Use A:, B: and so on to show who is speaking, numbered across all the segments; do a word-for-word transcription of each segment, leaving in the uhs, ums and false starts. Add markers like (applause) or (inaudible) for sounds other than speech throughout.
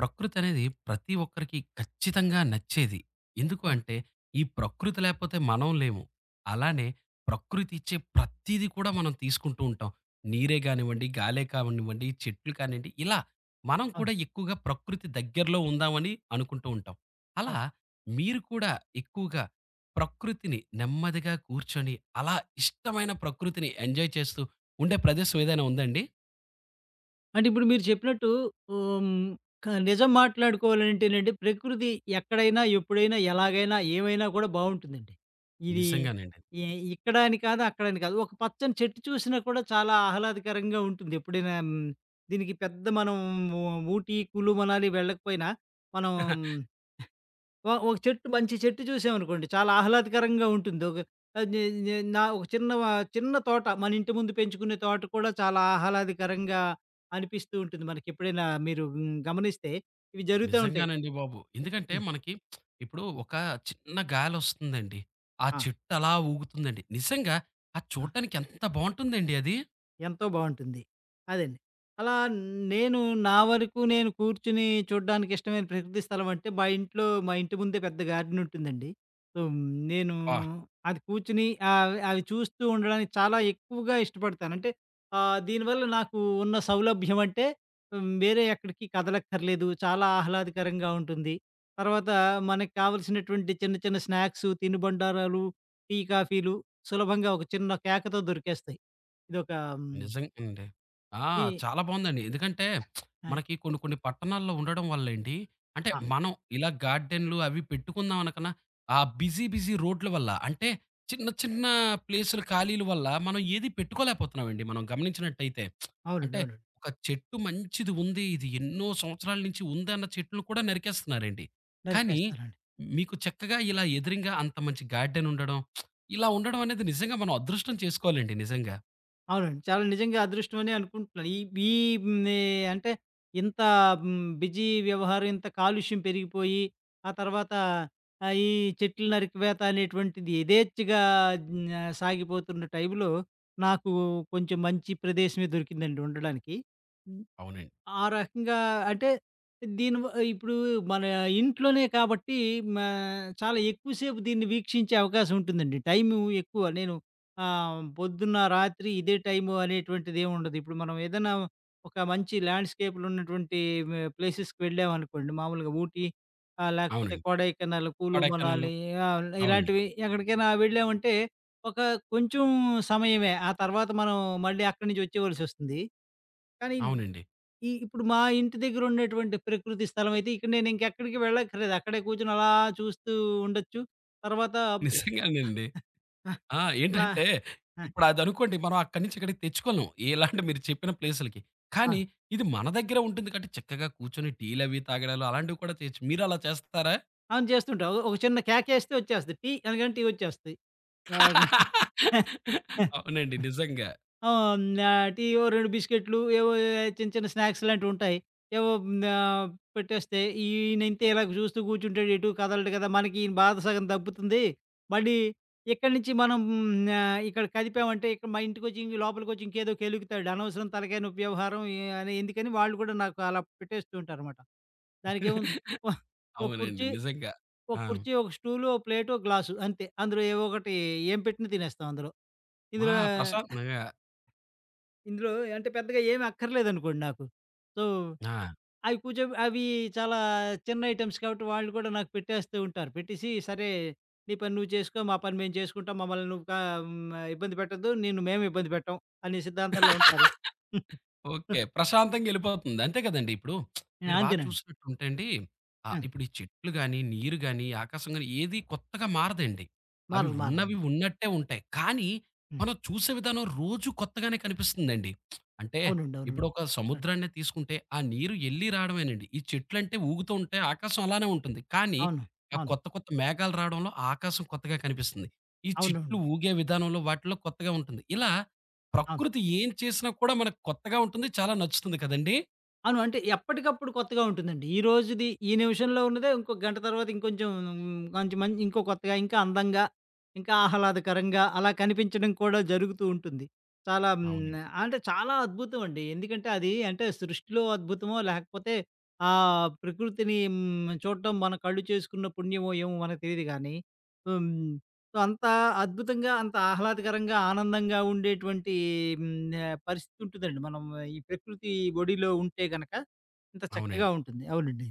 A: ప్రకృతి అనేది ప్రతి ఒక్కరికి ఖచ్చితంగా నచ్చేది. ఎందుకు అంటే, ఈ ప్రకృతి లేపోతే మనం లేము. అలానే ప్రకృతి ఇచ్చే ప్రతీది కూడా మనం తీసుకుంటూ ఉంటాం. నీరే కానివ్వండి, గాలే కానివ్వండి, చెట్లు కానివ్వండి, ఇలా మనం కూడా ఎక్కువగా ప్రకృతి దగ్గరలో ఉందామని అనుకుంటూ ఉంటాం. అలా మీరు కూడా ఎక్కువగా ప్రకృతిని నెమ్మదిగా కూర్చొని, అలా ఇష్టమైన ప్రకృతిని ఎంజాయ్ చేస్తూ ఉండే ప్రదేశం ఏదైనా ఉందా అండి?
B: అంటే ఇప్పుడు మీరు చెప్పినట్టు హ్మ్. క నిజం మాట్లాడుకోవాలంటేనండి ప్రకృతి ఎక్కడైనా, ఎప్పుడైనా, ఎలాగైనా, ఏమైనా కూడా బావుంటుందండి. ఇది
A: నిజంగానండి.
B: ఎ ఇక్కడ అని కాదు, అక్కడ అని కాదు. ఒక పచ్చని చెట్టు చూసినా కూడా చాలా ఆహ్లాదకరంగా ఉంటుంది. ఎప్పుడైనా. హ్మ్. దీనికి పెద్ద మనం ఊ ఊటీ, కులు, మనాలి వెళ్ళకపోయినా మనం
A: (laughs)
B: ఒ ఒక చెట్టు మంచి చెట్టు చూసామనుకోండి చాలా ఆహ్లాదకరంగా ఉంటుంది. ఒక ఆహ్, నే నే నా ఒక చిన్న వ చిన్న తోట మన ఇంటి ముందు పెంచుకునే తోట కూడా చాలా ఆహ్లాదకరంగా అనిపిస్తూ ఉంటుంది మనకి. ఎప్పుడైనా మీరు హ్మ్, గమనిస్తే ఇవి జరుగుతా ఉంటాయి.
A: నిజంగానండి బాబు. ఎందుకంటే మనకి ఇప్పుడు ఒక చిన్న గాలొస్తుందండి. ఆ
B: ఆ!
A: చెట్టు అలా ఊగుతుందండి. నిజంగా అది
B: ఆ!
A: చూడటానికి ఎంత బావుంటుందండి అది.
B: ఎంతో బావుంటుంది. అదండి. అలా నేను నా వరకు నేను కూర్చొని చూడ్డానికి ఇష్టమైన ప్రకృతి స్థలం అంటే, మా ఇంట్లో మా ఇంటి ముందే పెద్ద గార్డెన్ ఉంటుందండి. సో, నేను
A: ఆ!
B: అది కూర్చొని ఆహ్, అవి చూస్తూ ఉండడానికి చాలా ఎక్కువగా ఇష్టపడతాను. అంటే ఆహ్, దీనివల్ల నాకు ఉన్న సౌలభ్యం అంటే హ్మ్, వేరే ఎక్కడికి కదలక్కర్లేదు. చాలా ఆహ్లాదకరంగా ఉంటుంది. తర్వాత మనకు కావాల్సినటువంటి చిన్న చిన్న స్నాక్సు, తినుబండారాలు, టీ, కాఫీలు సులభంగా ఒక చిన్న కేకతో దొరికేస్తాయి. ఇదొక హ్మ్.
A: నిజంగా అండి. ఆ!
B: ఈ
A: చాలా బావుందండి. ఎందుకంటే
B: ఆ!
A: మనకి కొన్ని కొన్ని పట్టణాల్లో ఉండడం వల్లేంటి, అంటే
B: ఆ!
A: మనం ఇలా గార్డెన్‌లు అవి పెట్టుకుందాం అనకన్నా, ఆ బిజీ బిజీ రోడ్ల వల్ల అంటే చిన్న చిన్న ప్లేసులు ఖాళీల వల్ల మనం ఏది పెట్టుకోలేకపోతున్నామండి మనం గమనించినట్టయితే.
B: అవునండి.
A: అంటే
B: అవునండి.
A: ఒక చెట్టు మంచిది ఉంది. ఇది ఎన్నో సంవత్సరాల నుంచి ఉందన్న చెట్లు కూడా నరికేస్తున్నారండి. కానీ
B: నరికేస్తారండి.
A: మీకు చక్కగా ఇలా ఎదురింగా అంత మంచి గార్డెన్ ఉండడం, ఇలా ఉండడం అనేది నిజంగా మనం అదృష్టం చేసుకోవాలండి నిజంగా.
B: అవునండి. చాలా నిజంగా అదృష్టం అనే అనుకుంటున్నాను. ఈ ఈ హ్మ్, అంటే ఇంత హ్మ్, బిజీ వ్యవహారం, ఇంత కాలుష్యం పెరిగిపోయి, ఆ తర్వాత ఆహ్, ఈ చెట్లు నరికివేత అనేటువంటిది యథేచ్ఛగా న సాగిపోతున్న టైంలో నాకు కొంచెం మంచి ప్రదేశమే దొరికిందండి ఉండడానికి.
A: అవునండి.
B: ఆ రకంగా అంటే దీని వ ఇప్పుడు మన ఇంట్లోనే కాబట్టి మ చాలా ఎక్కువసేపు దీన్ని వీక్షించే అవకాశం ఉంటుందండి. టైము ఎక్కువ. నేను ఆహ్, పొద్దున్న, రాత్రి ఇదే టైము అనేటువంటిదేముండదు. ఇప్పుడు మనం ఏదైనా ఒక మంచి ల్యాండ్‌స్కేపులున్నటువంటి మ ప్లేసెస్‌కి వెళ్ళామనుకోండి మామూలుగా ఊటీ, ఆహ్, లేకపోతే
A: అవునండి.
B: కొడైకెనాల్, కూలు
A: కొడైకెనాల్.
B: మనాలి, ఆహ్,
A: అవునండి.
B: ఇలాంటివి ఎక్కడికైనా వెళ్ళామంటే ఒక కొంచెం సమయమే. ఆ తర్వాత మనం మళ్ళీ అక్కడి నుంచి వచ్చేవలసొస్తుంది. కానీ
A: అవునండి.
B: ఈ ఇప్పుడు మా ఇంటి దగ్గర ఉండేటువంటి ప్రకృతి స్థలం అయితే ఇక్కడ నేను ఇంకెక్కడికి వెళ్ళక్కర్లేదు. అక్కడే కూర్చొని అలా చూస్తూ ఉండొచ్చు. తర్వాత
A: నిజంగానండి. ఆ!
B: నా
A: ఏంటంటే ఇప్పుడు అదనుకోండి మనం అక్కడి నుంచి ఇక్కడికి తెచ్చుకోలేం. ఇలాంటి మీరు చెప్పిన ప్లేసులకి.
B: ఆ!
A: కానీ ఇది మన దగ్గర ఉంటుంది కాబట్టి చక్కగా కూర్చొని టీలవి తాగడాలు అలాంటివి కూడా చేయొచ్చు. మీరలా చేస్తారా?
B: అవును చేస్తుంటా. ఒక ఒక చిన్న కేకేస్తే వచ్చేస్తది. టీ అనగానే టీ వచ్చేస్తది. ఆ!
A: అవునండి. నిజంగా.
B: ఆహ్, హ్మ్. ఆహ్, టీ ఓ రెండు బిస్కెట్‌లు ఏవో ఏ, చిన్న చిన్న స్నాక్స్ లాంటివుంటాయి. ఏవో హ్మ్. ఆహ్, పెట్టేస్తే ఈయనంతే ఇలాగ చూస్తూ కూర్చుంటాడు. ఎటు కదలడు కదా! మనకి ఈయన బాధ సగం తగ్గుతుంది. మళ్ళీ ఇక్కడి నుంచి మనం. హ్మ్. ఆహ్, ఇక్కడ కదిపామంటే ఇక్కడ మా ఇంటికొచ్చి లోపలికొచ్చి ఇంకేదో కెలుకుతాడు. అనవసరం తలకాయ నొప్పి వ్యవహారం ఎ అని ఎందుకని వాళ్ళు కూడా నాకు అలా పెట్టేస్తూ ఉంటారనమాట. దానికేముంది ఓహ్! ఒక
A: అవునండి.
B: కుర్చీ,
A: నిజంగా.
B: ఒక
A: ఆ!
B: కుర్చీ, ఒక స్టూలు, ఒక ప్లేటు, ఒక గ్లాసు అంతే. అందులో ఏవో ఒకటి ఏం పెట్టినా తినేస్తాం అందులో.
A: మా
B: ఇందులో
A: ప్రశాంతంగా
B: ఇందులో అంటే పెద్దగా ఏమి అక్కర్లేదనుకోండి నాకు. సో,
A: ఆ!
B: అవి కూర్చో అవి చాలా చిన్న ఐటెమ్స్ కాబట్టి వాళ్ళు కూడా నాకు పెట్టేస్తూ ఉంటారు. పెట్టేసి సరే నీ పని నువ్వు చేసుకో, మా పని మేము చేసుకుంటాం. మమ్మల్ని నువ్వు కా హ్మ్, ఇబ్బంది పెట్టొద్దు. నిన్ను మేము ఇబ్బంది పెట్టం అనే సిద్ధాంతంలో ఉంటారు. (laughs)
A: ఓకే. ప్రశాంతంగా ఎళ్ళిపోతుంది. అంతే కదండీ! ఇప్పుడు
B: ఆ!
A: మీరు బాగా
B: అంతేనండి.
A: చూసినట్టుంటే అండి, ఆహ్,
B: ఆ!
A: ఇప్పుడు ఈ చెట్లు గాని, నీరు గాని, ఆకాశం గాని ఏది కొత్తగా మారదండి. అవి
B: మారదు,
A: ఉన్నవి
B: మారదండి.
A: ఉన్నట్టే ఉంటాయి. కానీ
B: హ్మ్.
A: మనం చూసే విధానం రోజు కొత్తగానే కనిపిస్తుందండి. అంటే
B: అవునండి.
A: ఇప్పుడు
B: అవునండి.
A: ఒక
B: కరెక్ట్.
A: సముద్రాన్నే తీసుకుంటే ఆ నీరు ఎళ్లి రావడమేనండి. ఈ చెట్లంటే ఊగుతూ ఉంటాయి. ఆకాశం అలానే ఉంటుంది. కానీ
B: అవును.
A: ఆ
B: అవును.
A: కొత్త కొత్త మేఘాలు రావడంలో ఆకాశం కొత్తగా కనిపిస్తుంది. ఈ చెట్లు
B: అవునవును.
A: ఊగే విధానంలో వాటిలో కొత్తగా ఉంటుంది. ఇలా
B: అవును.
A: ప్రకృతి ఏం చేసినా కూడా మనకు కొత్తగా ఉంటుంది. చాలా నచ్చుతుంది కదండీ!
B: అవును. అంటే ఎప్పటికప్పుడు కొత్తగా ఉంటుందండి. ఈ రోజుది ఈ నిమిషంలో ఉన్నదే ఇంకో గంట తర్వాత ఇంకొంచెం మ్, కొంచెం మంచి ఇంకో కొత్తగా, ఇంకా అందంగా, ఇంకా ఆహ్లాదకరంగా అలా కనిపించడం కూడా జరుగుతూ ఉంటుంది. చాలా. హ్మ్.
A: అవునండి.
B: అంటే చాలా అద్భుతం అండి. ఎందుకంటే అది అంటే సృష్టిలో అద్భుతమో లేకపోతే ఆహ్, ప్రకృతిని హ్మ్. చూడటం మన కళ్ళు చేసుకున్న పుణ్యమో ఏమో మనకు తెలీదు గానీ. హ్మ్. సో, అంత అద్భుతంగా, అంత ఆహ్లాదకరంగా, ఆనందంగా ఉండేటువంటి హ్మ్. ఆహ్, పరిస్థితి ఉంటుందండి. మనం ఈ ప్రకృతి ఒడిలో ఉంటే గనక ఇంత చక్కగా
A: అవునండి.
B: ఉంటుంది. అవునండి.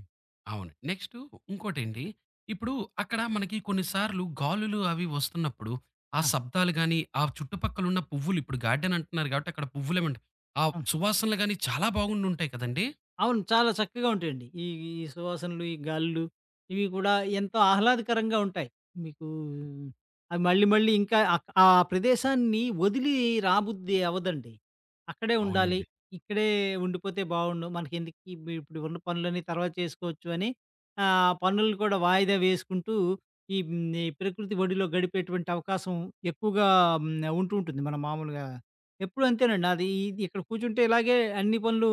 A: అవును. నెక్స్టు ఇంకోటండి. ఇప్పుడు అక్కడ మనకి కొన్ని సార్లు గాలులు అవి వస్తున్నప్పుడు, ఆ
B: ఆ!
A: శబ్దాలు గాని, ఆ చుట్టుపక్కలున్న పువ్వులు ఇప్పుడు గార్డెన్ అంటున్నారు కాబట్టి అక్కడ పువ్వులేమంట ఆ
B: ఆ!
A: సువాసనలు గాని చాలా బాగుండుంటాయి కదండీ!
B: అవును. చాలా చక్కగా ఉంటాయండి. ఈ ఈ సువాసనలు, ఈ గాలులు ఇవి కూడా ఎంతో ఆహ్లాదకరంగా ఉంటాయి. మీకు అవి మళ్ళీ మళ్ళీ ఇంకా అక్ ఆ ప్రదేశాన్ని వదిలి రాబుద్ది అవ్వదండి. అక్కడే ఉండాలి.
A: అవునండి.
B: ఇక్కడే ఉండిపోతే బావుండు. మనకెందుకు ఇబ్ ఇప్పుడు ఉన్న పనులన్నీ తర్వాత చేసుకోవచ్చు అని ఆహ్, పనులు కూడా వాయిదా వేసుకుంటూ ఈ హ్మ్. ఈ ప్రకృతి ఒడిలో గడిపేటువంటి అవకాశం ఎక్కువగా హ్మ్. ఉంటూ ఉంటుంది. మనం మామూలుగా ఎప్పుడు అంతేనండి. అది ఇది ఇక్కడ కూర్చుంటే ఇలాగే అన్ని పనులు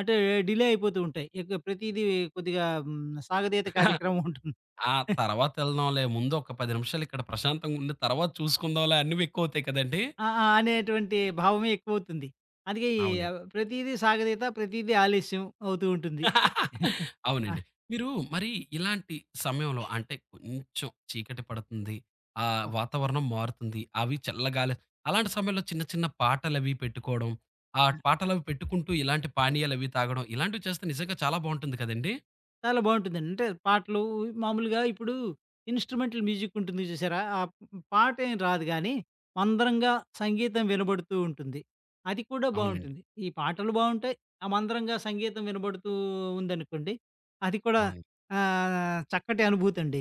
B: అంటే డిలే అయిపోతూ ఉంటాయి. ఇక ప్రతీదీ కొద్దిగా హ్మ్, సాగదీత
A: (laughs)
B: కార్యక్రమం ఉంటుంది.
A: ఆ! తర్వాత ఎళ్దాంలే. ముందు ఒక పది నిమిషాలు ఇక్కడ ప్రశాంతంగుండి తర్వాత చూసుకుందాంలే అన్నవి ఎక్కువవుతాయి కదండీ!
B: ఆ! ఆ! అనేటువంటి భావమే ఎక్కువవుతుంది. అందుకే ఈ
A: అవునండి.
B: ఆహ్, ప్రతీదీ సాగదీత, ప్రతీదీ ఆలస్యం అవుతూ ఉంటుంది. (laughs)
A: అవునండి. మీరు మరి ఇలాంటి సమయంలో అంటే కొంచెం చీకటి పడుతుంది. ఆహ్,
B: ఆ!
A: వాతావరణం మారుతుంది. అవి చల్లగాలి అలాంటి సమయంలో చిన్న చిన్న పాటలవి పెట్టుకోవడం, ఆ పాటలవి పెట్టుకుంటూ ఇలాంటి పానీయాలవి తాగడం ఇలాంటివి చేస్తే నిజంగా చాలా బావుంటుంది కదండీ!
B: చాలా బావుంటుందండి. అంటే పాటలు మామూలుగా ఇప్పుడు ఇన్‌స్ట్రుమెంటల్ మ్యూజిక్ ఉంటుంది చూసారా? ఆ పాట ఏం రాదు గానీ, మందరంగా సంగీతం వినబడుతూ ఉంటుంది. అది కూడా
A: అవునండి.
B: బావుంటుంది. ఈ పాటలు బావుంటాయి. ఆ మందరంగా సంగీతం వినబడుతూ ఉందనుకోండి, అది కూడా
A: అవును.
B: ఆహ్, చక్కటి అనుభూతండి.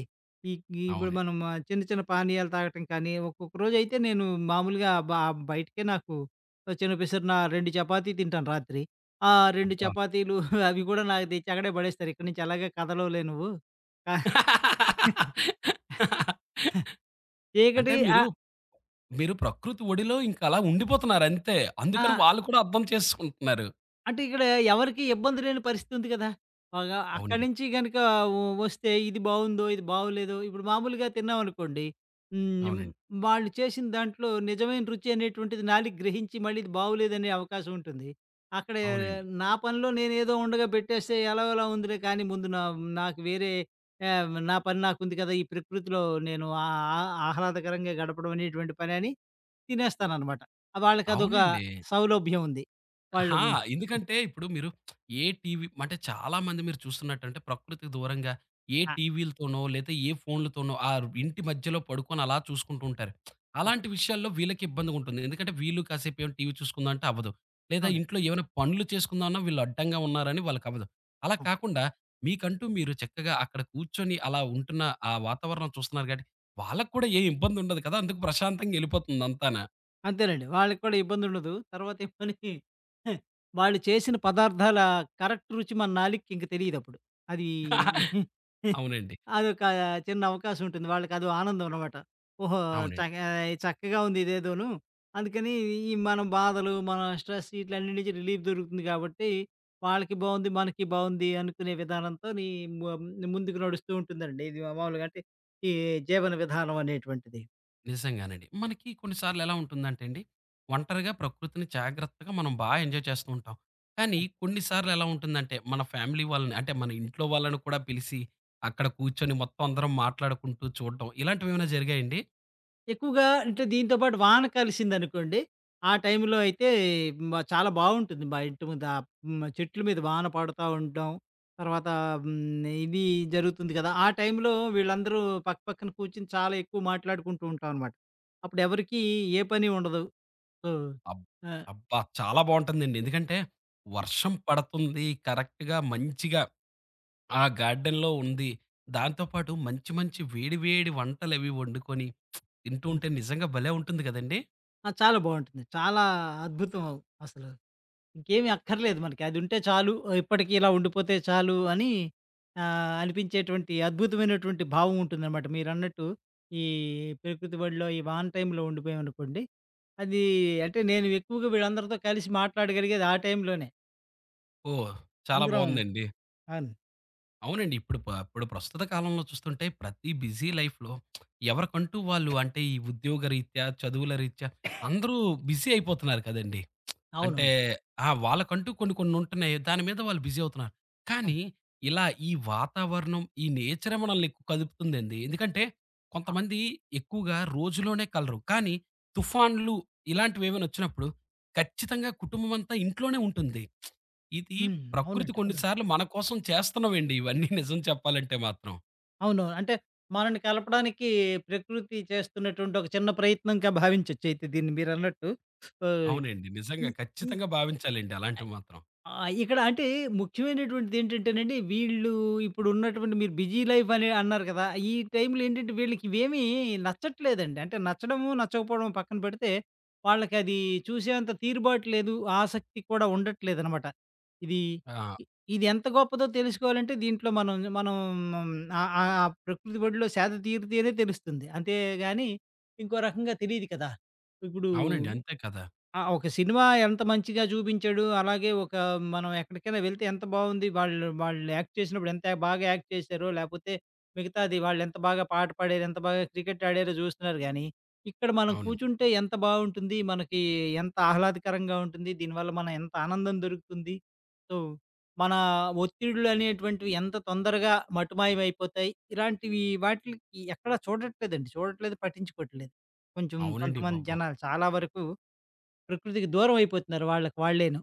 B: ఈ ఈ- ఇప్పుడు
A: అవునండి.
B: మనం ఆ, చిన్న చిన్న పానీయాలు తాగటం కానీ, ఒక్కొక్క రోజైతే నేను మామూలుగా బ బయటికే నాకు చిన్న పిసరు నా రెండు చపాతీ తింటాను రాత్రి. ఆ! రెండు
A: అబ్బా!
B: చపాతీలు (laughs) అవి కూడా నాకు తెచ్చి అక్కడే పడేస్తారు. ఇక్కడి నుంచి ఎలాగో కదలవులే నువ్వు. ఆ!
A: అంటే
B: చీకటి ఆ!
A: మీరు, మీరు ప్రకృతి ఒడిలో ఇంక అలా ఉండిపోతున్నారంతే. అందుకని
B: ఆ!
A: వాళ్ళు కూడా అర్థం చేసుకుంటున్నారు.
B: అంటే ఇక్కడ ఎవరికీ ఇబ్బంది లేని పరిస్థితి ఉంది కదా! బాగా అక్కడి
A: అవునండి.
B: నుంచి గనక వ వస్తే ఇది బావుందో, ఇది బాగోలేదో ఇప్పుడు మామూలుగా తిన్నామనుకోండి. హ్మ్.
A: అవునండి.
B: వాళ్ళు చేసిన దాంట్లో నిజమైన రుచి అనేటువంటిది నాలుక గ్రహించి మళ్ళీ ఇది బాగోలేదనే అవకాశం ఉంటుంది. అక్కడ
A: అవునండి.
B: నా పనిలో నేనేదో ఉండగా పెట్టేస్తే ఎలాగోలా ఉందిలే కానీ ముందు నా నాకు వేరే ఆహ్, నా పని నాకుంది కదా! ఈ ప్రకృతిలో నేను ఆ ఆ ఆహ్లాదకరంగా గడపడం అనేటువంటి పని అని తినేస్తాననమాట. వాళ్ళకదొక
A: అవునండి.
B: సౌలభ్యం ఉంది. వాళ్ళు
A: అహా! ఎందుకంటే ఇప్పుడు మీరు ఏ టీవీ అంటే చాలామంది మీరు చూస్తున్నట్టంటే ప్రకృతికి దూరంగా ఏ
B: ఆ!
A: టీవీలతోనో లేతే ఏ ఫోన్‌లతోనో ఆ ఇంటి మధ్యలో పడుకొని అలా చూసుకుంటూ ఉంటారు. అలాంటి విషయాల్లో వీళ్ళకి ఇబ్బందిగుంటుంది. ఎందుకంటే వీళ్ళు కాసేపు ఏమైనా టీవీ చూసుకుందాం అంటే అవ్వదు. లేదా
B: అవును.
A: ఇంట్లో ఏమైనా పనులు చేసుకుందాం అన్నా వీళ్ళు అడ్డంగా ఉన్నారని వాళ్ళకవ్వదు. అలా
B: ఆ!
A: కాకుండా మీకంటూ మీరు చక్కగా అక్కడ కూర్చొని అలా ఉంటున్న ఆ వాతావరణం చూస్తున్నారు కాబట్టి వాళ్ళకి కూడా ఏ ఇబ్బందుండదు కదా! అందుకు ప్రశాంతంగా ఎళ్ళిపోతుంది అంతాన.
B: అంతేనండి. వాళ్ళకి కూడా ఇబ్బందుండదు. తర్వాతేమోని (laughs) వాళ్ళు చేసిన పదార్థాల కరెక్ట్ రుచి మన నాలికకింక తెలీదప్పుడు. అది
A: (laughs)
B: (laughs)
A: అవునండి.
B: అదొక చిన్న అవకాశం ఉంటుంది. వాళ్ళకదో ఆనందం అన్నమాట. ఓహో!
A: అవునండి.
B: చక చక్కగా ఉంది ఇదేదోను. అందుకని ఈ మన బాధలు, మన స్ట్రెస్ ఇట్లన్నిటి నుంచి రిలీఫ్ దొరుకుతుంది కాబట్టి, వాళ్ళకి బావుంది, మనకి బావుంది అనుకునే విధానంతోని మ ముందుకు నడుస్తూ ఉంటుందండి. ఇది మామూలుగా అంటే ఈ జీవన విధానం అనేటువంటిది.
A: నిజంగానండి. మనకి కొన్ని సార్లు ఎలా ఉంటుందంటే అండి, ఒంటరిగా ప్రకృతిని జాగ్రత్తగా మనం బా ఎంజాయ్ చేస్తూ ఉంటాం. కానీ కొన్ని సార్లు ఎలా ఉంటుందంటే, మన ఫ్యామిలీ వాళ్ళని అంటే మన ఇంట్లో వాళ్ళని కూడా పిలిసి, అక్కడ కూర్చొని మొత్తం అందరం మాట్లాడుకుంటూ చూడడం ఇలాంటివేమైనా జరిగాయండి?
B: ఎక్కువగా అంటే దీంతో పాటు వాన కలిసిందనుకోండి, ఆ టైంలో అయితే మ చాలా బావుంటుంది. మా ఇంటి ముందు ఆ హ్మ్, చెట్ల మీద వాన పడతా ఉండడం, తర్వాత హ్మ్, ఇది జరుగుతుంది కదా! ఆ టైంలో వీళ్ళందరూ పక్క పక్కన కూర్చొని చాలా ఎక్కువ మాట్లాడుకుంటూ ఉంటాం అనమాట. అప్పుడు ఎవరికీ ఏ పని ఉండదు. సో,
A: అబ్
B: ఆహ్,
A: అబ్బా! చాలా బావుంటుందండి. ఎందుకంటే వర్షం పడుతుంది. కరెక్ట్‌గా మంచిగా ఆ గార్డెన్‌లో ఉంది. దాంతో పాటు మంచి మంచి వేడి వేడి వంటలవి వండుకొని తింటూ ఉంటే నిజంగా భలే ఉంటుంది కదండీ!
B: ఆ! చాలా బావుంటుంది. చాలా అద్భుతం అసలు. ఇంకేమి అక్కర్లేదు మనకి. అదుంటే చాలు. ఇప్పటికి ఇలా ఉండిపోతే చాలు అని ఆహ్, అనిపించేటువంటి అద్భుతమైనటువంటి భావం ఉంటుందనమాట. మీరన్నట్టు ఈ ప్రకృతి బడిలో, ఈ వాన టైంలో ఉండిపోయామనుకోండి. అది అంటే నేను ఎక్కువగా వీళ్ళందరితో కలిసి మాట్లాడగలిగేది ఆ టైంలోనే.
A: ఓహ్! చాలా
B: అందరం.
A: బావుందండి.
B: అవును.
A: అవునండి. ఇప్పుడు ప ఇప్పుడు ప్రస్తుత కాలంలో చూస్తుంటే ప్రతి బిజీ లైఫ్‌లో ఎవరికంటూ వాళ్ళు అంటే, ఈ ఉద్యోగ రీత్యా, చదువుల రీత్యా అందరూ బిజీ అయిపోతున్నారు కదండీ! అంటే
B: అవునవును.
A: ఆ! వాళ్ళకంటూ కొన్ని కొన్ని ఉంటున్నాయి. దాని మీద వాళ్ళు బిజీ అవుతున్నారు.
B: ఆ!
A: కానీ ఇలా ఈ వాతావరణం, ఈ నేచరే మనల్ని ఎక్కువ కదుపుతుందండి. ఎందుకంటే
B: ఆ!
A: కొంతమంది ఎక్కువగా రోజులోనే కలరు. కానీ తుఫాన్లు ఇలాంటివేవైనా వచ్చినప్పుడు ఖచ్చితంగా కుటుంబం అంతా ఇంట్లోనే ఉంటుంది. ఇది
B: హ్మ్.
A: ప్రకృతి
B: అవునండి.
A: కొన్ని
B: అవునండి.
A: సార్లు మన కోసం చేస్తున్నవండి ఇవన్నీ (laughs) నిజం చెప్పాలంటే మాత్రం.
B: అవును. అంటే మనల్ని కలపడానికి ప్రకృతి చేస్తున్నటువంటి ఒక చిన్న ప్రయత్నంగా భావించొచ్చయితే దీన్ని మీరన్నట్టు. ఓహ్!
A: అవునండి.
B: ఈ
A: నిజంగా
B: ఈ
A: ఖచ్చితంగా భావించాలండి అలాంటివి మాత్రం.
B: ఆ! ఇక్కడ అంటే ముఖ్యమైనటువంటిదేంటంటేనండి, వీళ్ళు ఇప్పుడున్నటువంటి మీరు బిజీ లైఫ్ అని అన్నారు కదా! ఈ టైంలో ఏంటంటే వీళ్ళకివేమీ నచ్చట్లేదండి. అంటే నచ్చడము, నచ్చకపోవడం పక్కన పెడితే, వాళ్ళకది చూసేంత తీరుబాటు లేదు. ఆసక్తి కూడా ఉండట్లేదనమాట. ఇది
A: ఆ!
B: ఇ ఇది ఎంత గొప్పదో తెలుసుకోవాలంటే దీంట్లో మనం మనం ఆహ్, ఆహ్, ఆ ప్రకృతి ఒడిలో సేద తీరితేనే తెలుస్తుంది. అంతేగాని ఇంకో రకంగా తెలీదు కదా! ఇప్పుడు
A: అవునండి. అంతే కదా!
B: ఆ! ఒక సినిమా ఎంత మంచిగా చూపించాడు, అలాగే ఒక మనం ఎక్కడికైనా వెళ్తే ఎంత బావుంది, వాళ్ళు వాళ్ళు యాక్ట్ చేసినప్పుడు ఎంత బాగా యాక్ట్ చేశారో, లేపోతే మిగతాది వాళ్ళెంత బాగా పాట పాడారు, ఎంత బాగా క్రికెట్ ఆడారో చూస్తున్నారు గానీ, ఇక్కడ మనం
A: అవును.
B: కూర్చుంటే ఎంత బావుంటుంది, మనకి ఎంత ఆహ్లాదకరంగా ఉంటుంది, దీనివల్ల మనం ఎంత ఆనందం దొరుకుతుంది. సో, మన ఒత్తిడులు అనేటువంటివి ఎంత తొందరగా మటుమాయమైపోతాయి. ఇలాంటివి వాటిలికి ఎక్కడ చూడట్లేదండి. చూడట్లేదు, పట్టించుకోవట్లేదు. కొంచెం
A: అవునండి
B: కొంతమంది
A: బాబు.
B: జనాలు చాలా వరకు ప్రకృతికి దూరం అయిపోతున్నారు వాళ్ళకి వాళ్ళేను.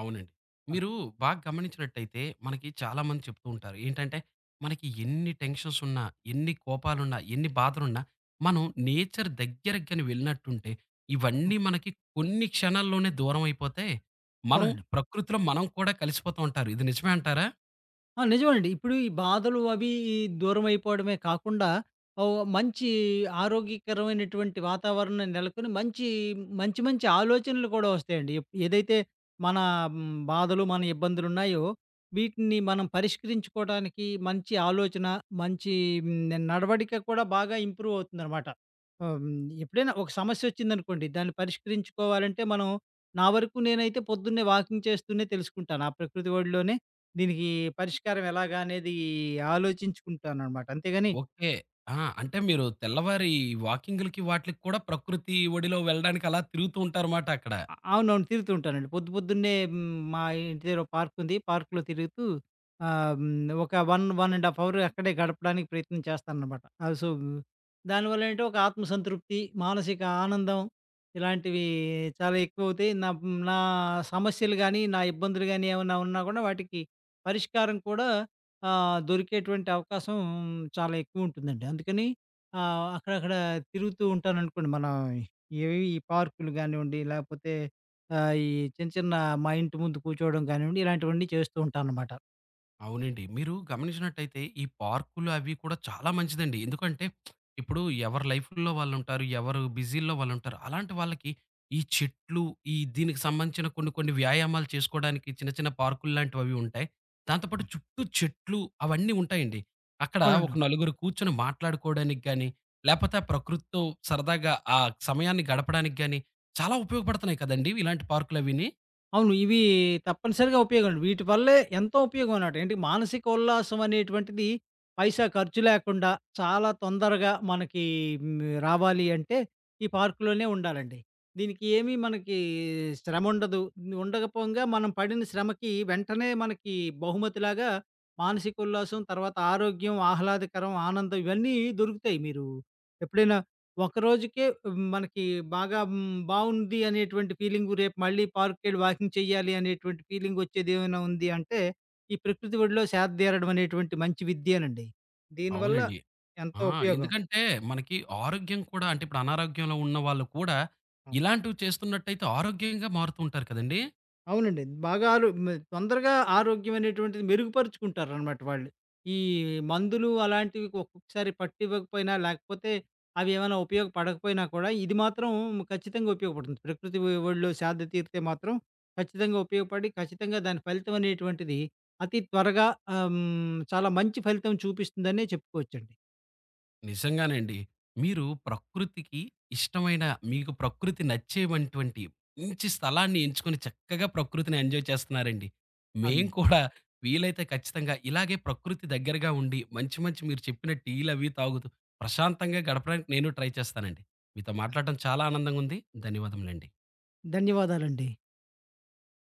A: అవునండి.
B: ఆ!
A: మీరు బాగా గమనించినట్టయితే మనకి చాలామంది చెప్తూ ఉంటారు. ఏంటంటే మనకి ఎన్ని టెన్షన్స్ ఉన్నా, ఎన్ని కోపాలున్నా, ఎన్ని బాధలున్నా మనం నేచర్ దగ్గరకి గాని వెళ్ళినట్టుంటే ఇవన్నీ
B: హ్మ్.
A: మనకి కొన్ని క్షణాల్లోనే దూరం అయిపోతే మనం
B: అవునండి.
A: ప్రకృతిలో మనం కూడా కలిసిపోతూ ఉంటారు. ఇది నిజమే అంటారా?
B: ఆ! నిజమేనండి. ఇప్పుడు ఈ బాధలు అవి దూరమైపోవడమే కాకుండా, ఓహ్! మంచి ఆరోగ్యకరమైనటువంటి వాతావరణం నెలకొని, మంచి, మంచి మంచి ఆలోచనలు కూడా వస్తాయండి. ఎప్ ఏదైతే మన హ్మ్, బాధలు, మన ఇబ్బందులున్నాయో, వీటిని మనం పరిష్కరించుకోవడానికి మంచి ఆలోచన, మంచి హ్మ్, నడవడిక కూడా బాగా ఇంప్రూవ్ అవుతుందనమాట. ఆహ్, హ్మ్, ఎప్పుడైనా ఒక సమస్యొచ్చిందనుకోండి, దాన్ని పరిష్కరించుకోవాలంటే మనం నా వరకు నేనైతే పొద్దున్నే వాకింగ్ చేస్తూనే తెలుసుకుంటాను. ఆ ప్రకృతి ఒడిలోనే దీనికి పరిష్కారం ఎలాగా అనేది ఆలోచించుకుంటాననమాట. అంతేగాని,
A: ఓకే. ఆ! అంటే మీరు తెల్లవారి వాకింగ్‌లకి వాటిలకి కూడా ప్రకృతి ఒడిలో వెళ్ళడానికి అలా తిరుగుతూ ఉంటారు మాట అక్కడ.
B: అ అవునవును. తిరుగుతూ ఉంటానండి. పొద్దు పొద్దున్నే హ్మ్, మా ఇంటి దగ్గర ఒక పార్క్ ఉంది. పార్క్‌లో తిరుగుతూ ఆహ్, హ్మ్, ఒక ఒకటి, ఒకటిన్నర ½ అవర్ అక్కడే గడపడానికి ప్రయత్నం చేస్తాననమాట. ఆహ్, సో, దానివల్ల ఏంటంటే ఒక ఆత్మ సంతృప్తి, మానసిక ఆనందం ఇలాంటివి చాలా ఎక్కువవుతాయి. నా హ్మ్, నా సమస్యలు గానీ, నా ఇబ్బందులు గానీ ఏమన్నా ఉన్నా గూడా వాటికి పరిష్కారం కూడా ఆహ్, దొరికేటువంటి అవకాశం చాలా ఎక్కువుంటుందండి. అందుకని ఆహ్, అక్కడక్కడ తిరుగుతూ ఉంటాననుకోండి మనం ఏవి ఈ పార్కులు గానివ్వండి, లేపోతే ఆహ్, ఈ చిన్న చిన్న మా ఇంటి ముందు కూర్చోవడం గానివ్వండి, ఇలాంటివన్నీ చేస్తూ ఉంటాననమాట.
A: అవునండి. మీరు గమనించినట్టయితే ఈ పార్కులు అవి కూడా చాలా మంచిదండి. ఎందుకంటే ఇప్పుడు ఎవరి లైఫ్‌లో వాళ్ళుంటారు. ఎవరు బిజీల్లో వాళ్ళుంటారు. అలాంటి వాళ్ళకి ఈ చెట్లు ఈ దీనికి సంబంధించిన కొన్ని కొన్ని వ్యాయామాలు చేసుకోవడానికి చిన్న చిన్న పార్కులు లాంటివవి ఉంటాయి. దాంతో పాటు చుట్టూ చెట్లు అవన్నీ ఉంటాయండి. అక్కడ ఒక
B: అవునండి.
A: నలుగురు కూర్చొని మాట్లాడుకోవడానికి గాని, లేపోతే ఆ ప్రకృతితో సరదాగా ఆ సమయాన్ని గడపడానికి గాని చాలా ఉపయోగపడుతున్నాయి కదండీ! ఇలాంటి పార్కులవిని.
B: అవును. ఇవి తప్పనిసరిగా ఉపయోగం. వీటి వల్లే ఎంతో ఉపయోగం అన్నమాట. ఏంటి మానసిక ఉల్లాసం అనేటువంటిది పైసా ఖర్చు లేకుండా చాలా తొందరగా మనకి హ్మ్, రావాలి అంటే ఈ పార్కులోనే ఉండాలండి. దీనికి ఏమీ మనకి శ్రమ ఉండదు. ఉండకపోగా మనం పడిన శ్రమకి వెంటనే మనకి బహుమతిలాగా మానసిక ఉల్లాసం, తర్వాత ఆరోగ్యం, ఆహ్లాదకరం, ఆనందం ఇవన్నీ దొరుకుతాయి. మీరు ఎప్పుడైనా ఒక రోజుకే మనకి బాగా హ్మ్, బావుంది అనేటువంటి ఫీలింగు, రేపు మళ్ళీ పార్క్‌కెళ్ళి వాకింగ్ చేయాలి అనేటువంటి ఫీలింగొచ్చేదేమైనా ఉంది అంటే, ఈ ప్రకృతి ఒడిలో సేదదీరడం అనేటువంటి మంచి విద్యేనండి. దీనివల్ల
A: అవునండి.
B: ఎంతో
A: ఆ!
B: ఉపయోగం.
A: ఎందుకంటే మనకి ఆరోగ్యం కూడా అంటే ఇప్పుడు అనారోగ్యంలో ఉన్న వాళ్ళు కూడా
B: ఆ!
A: ఇలాంటివి చేస్తున్నట్టయితే ఆరోగ్యంగా మారుతూ ఉంటారు కదండీ!
B: అవునండి. బాగా ఆరో మ తొందరగా ఆరోగ్యం అనేటువంటిది మెరుగుపరుచుకుంటారనమాట వాళ్ళు. ఈ మందులు అలాంటివి ఒక్కొక్కసారి పట్టివ్వకపోయినా, లేకపోతే అవి ఏమైనా ఉపయోగపడకపోయినా కూడా, ఇది మాత్రం ఖచ్చితంగా ఉపయోగపడుతుంది. ప్రకృతి ఒ ఒడిలో సేద తీరితే మాత్రం ఖచ్చితంగా ఉపయోగపడి, ఖచ్చితంగా దాని ఫలితం అనేటువంటిది అతి త్వరగా ఆహ్, హ్మ్, చాలా మంచి ఫలితం చూపిస్తుందనే చెప్పుకోవచ్చండి.
A: నిజంగానే అండి. మీరు ప్రకృతికి ఇష్టమైన మీకు ప్రకృతి నచ్చేవంటువంటి మంచి స్థలాన్ని ఎంచుకొని చక్కగా ప్రకృతిని ఎంజాయ్ చేస్తున్నారండి.
B: అది.
A: మేము కూడా వీలైతే ఖచ్చితంగా ఇలాగే ప్రకృతి దగ్గరగా ఉండి మంచి మంచి మీరు చెప్పిన టీలవి తాగుతూ ప్రశాంతంగా గడపడానికి నేను ట్రై చేస్తానండి. మీతో మాట్లాడటం చాలా ఆనందంగా ఉంది. ధన్యవాదములండి.
B: ధన్యవాదాలండి.